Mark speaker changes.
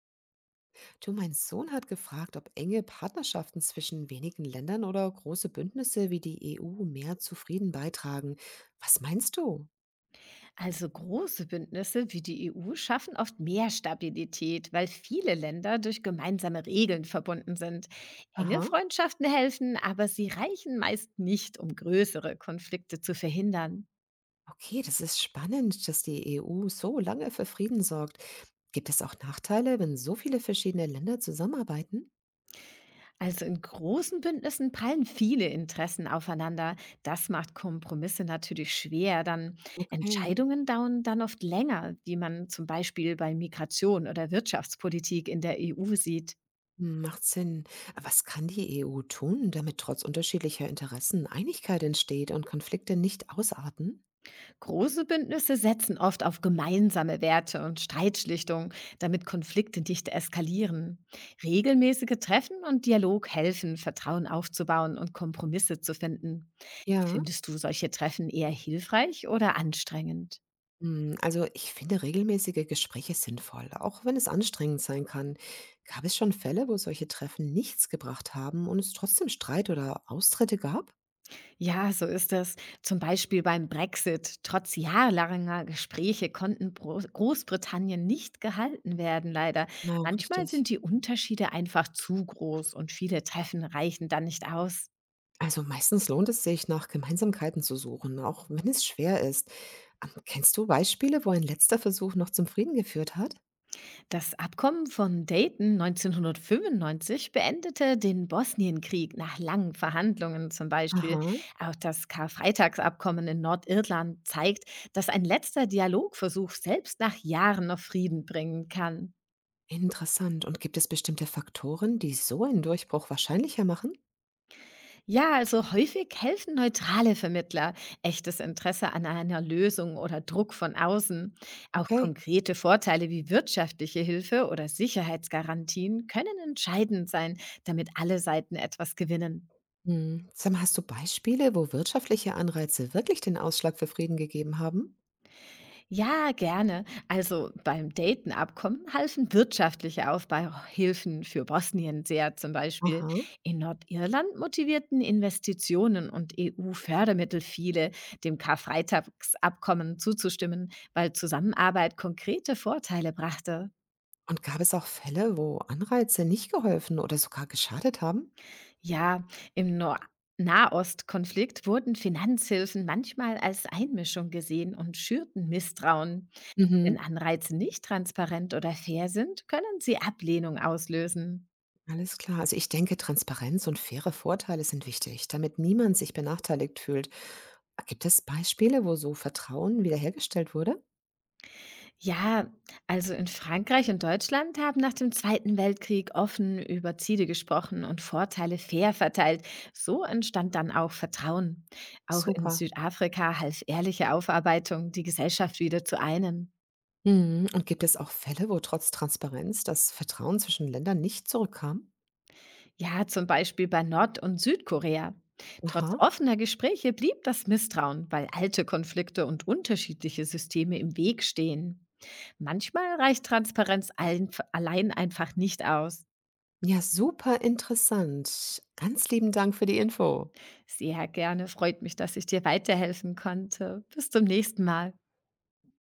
Speaker 1: Du, mein Sohn hat gefragt, ob enge Partnerschaften zwischen wenigen Ländern oder große Bündnisse wie die EU mehr zu Frieden beitragen. Was meinst du?
Speaker 2: Also große Bündnisse wie die EU schaffen oft mehr Stabilität, weil viele Länder durch gemeinsame Regeln verbunden sind. Enge
Speaker 1: Aha.
Speaker 2: Freundschaften helfen, aber sie reichen meist nicht, um größere Konflikte zu verhindern.
Speaker 1: Okay, das ist spannend, dass die EU so lange für Frieden sorgt. Gibt es auch Nachteile, wenn so viele verschiedene Länder zusammenarbeiten?
Speaker 2: Also in großen Bündnissen prallen viele Interessen aufeinander. Das macht Kompromisse natürlich schwer. Dann
Speaker 1: Okay.
Speaker 2: Entscheidungen dauern dann oft länger, wie man zum Beispiel bei Migration oder Wirtschaftspolitik in der EU sieht.
Speaker 1: Hm, macht Sinn. Aber was kann die EU tun, damit trotz unterschiedlicher Interessen Einigkeit entsteht und Konflikte nicht ausarten?
Speaker 2: Große Bündnisse setzen oft auf gemeinsame Werte und Streitschlichtung, damit Konflikte nicht eskalieren. Regelmäßige Treffen und Dialog helfen, Vertrauen aufzubauen und Kompromisse zu finden.
Speaker 1: Ja.
Speaker 2: Findest du solche Treffen eher hilfreich oder anstrengend?
Speaker 1: Hm, also, ich finde regelmäßige Gespräche sinnvoll, auch wenn es anstrengend sein kann. Gab es schon Fälle, wo solche Treffen nichts gebracht haben und es trotzdem Streit oder Austritte gab?
Speaker 2: Ja, so ist es. Zum Beispiel beim Brexit. Trotz jahrelanger Gespräche konnten Großbritannien nicht gehalten werden, leider.
Speaker 1: Na,
Speaker 2: Manchmal
Speaker 1: richtig.
Speaker 2: sind die Unterschiede einfach zu groß und viele Treffen reichen dann nicht aus.
Speaker 1: Also meistens lohnt es sich, nach Gemeinsamkeiten zu suchen, auch wenn es schwer ist. Kennst du Beispiele, wo ein letzter Versuch noch zum Frieden geführt hat?
Speaker 2: Das Abkommen von Dayton 1995 beendete den Bosnienkrieg nach langen Verhandlungen zum Beispiel.
Speaker 1: Aha.
Speaker 2: Auch das Karfreitagsabkommen in Nordirland zeigt, dass ein letzter Dialogversuch selbst nach Jahren noch Frieden bringen kann.
Speaker 1: Interessant. Und gibt es bestimmte Faktoren, die so einen Durchbruch wahrscheinlicher machen?
Speaker 2: Ja, also häufig helfen neutrale Vermittler, echtes Interesse an einer Lösung oder Druck von außen. Auch
Speaker 1: Okay.
Speaker 2: konkrete Vorteile wie wirtschaftliche Hilfe oder Sicherheitsgarantien können entscheidend sein, damit alle Seiten etwas gewinnen.
Speaker 1: Mhm. Sag, hast du Beispiele, wo wirtschaftliche Anreize wirklich den Ausschlag für Frieden gegeben haben?
Speaker 2: Ja, gerne. Also beim Dayton-Abkommen halfen wirtschaftliche Aufbauhilfen für Bosnien sehr zum Beispiel.
Speaker 1: Aha.
Speaker 2: In Nordirland motivierten Investitionen und EU-Fördermittel viele, dem Karfreitagsabkommen zuzustimmen, weil Zusammenarbeit konkrete Vorteile brachte.
Speaker 1: Und gab es auch Fälle, wo Anreize nicht geholfen oder sogar geschadet haben?
Speaker 2: Ja, im Nor Nahostkonflikt wurden Finanzhilfen manchmal als Einmischung gesehen und schürten Misstrauen. Wenn
Speaker 1: Mhm.
Speaker 2: Anreize nicht transparent oder fair sind, können sie Ablehnung auslösen.
Speaker 1: Alles klar. Also ich denke, Transparenz und faire Vorteile sind wichtig, damit niemand sich benachteiligt fühlt. Gibt es Beispiele, wo so Vertrauen wiederhergestellt wurde?
Speaker 2: Ja, also in Frankreich und Deutschland haben nach dem Zweiten Weltkrieg offen über Ziele gesprochen und Vorteile fair verteilt. So entstand dann auch Vertrauen. Auch in
Speaker 1: Super.
Speaker 2: Südafrika half ehrliche Aufarbeitung, die Gesellschaft wieder zu einen.
Speaker 1: Mhm. Und gibt es auch Fälle, wo trotz Transparenz das Vertrauen zwischen Ländern nicht zurückkam?
Speaker 2: Ja, zum Beispiel bei Nord- und Südkorea. Trotz
Speaker 1: Aha.
Speaker 2: offener Gespräche blieb das Misstrauen, weil alte Konflikte und unterschiedliche Systeme im Weg stehen. Manchmal reicht Transparenz einf allein einfach nicht aus.
Speaker 1: Ja, super interessant. Ganz lieben Dank für die Info.
Speaker 2: Sehr gerne, freut mich, dass ich dir weiterhelfen konnte. Bis zum nächsten Mal.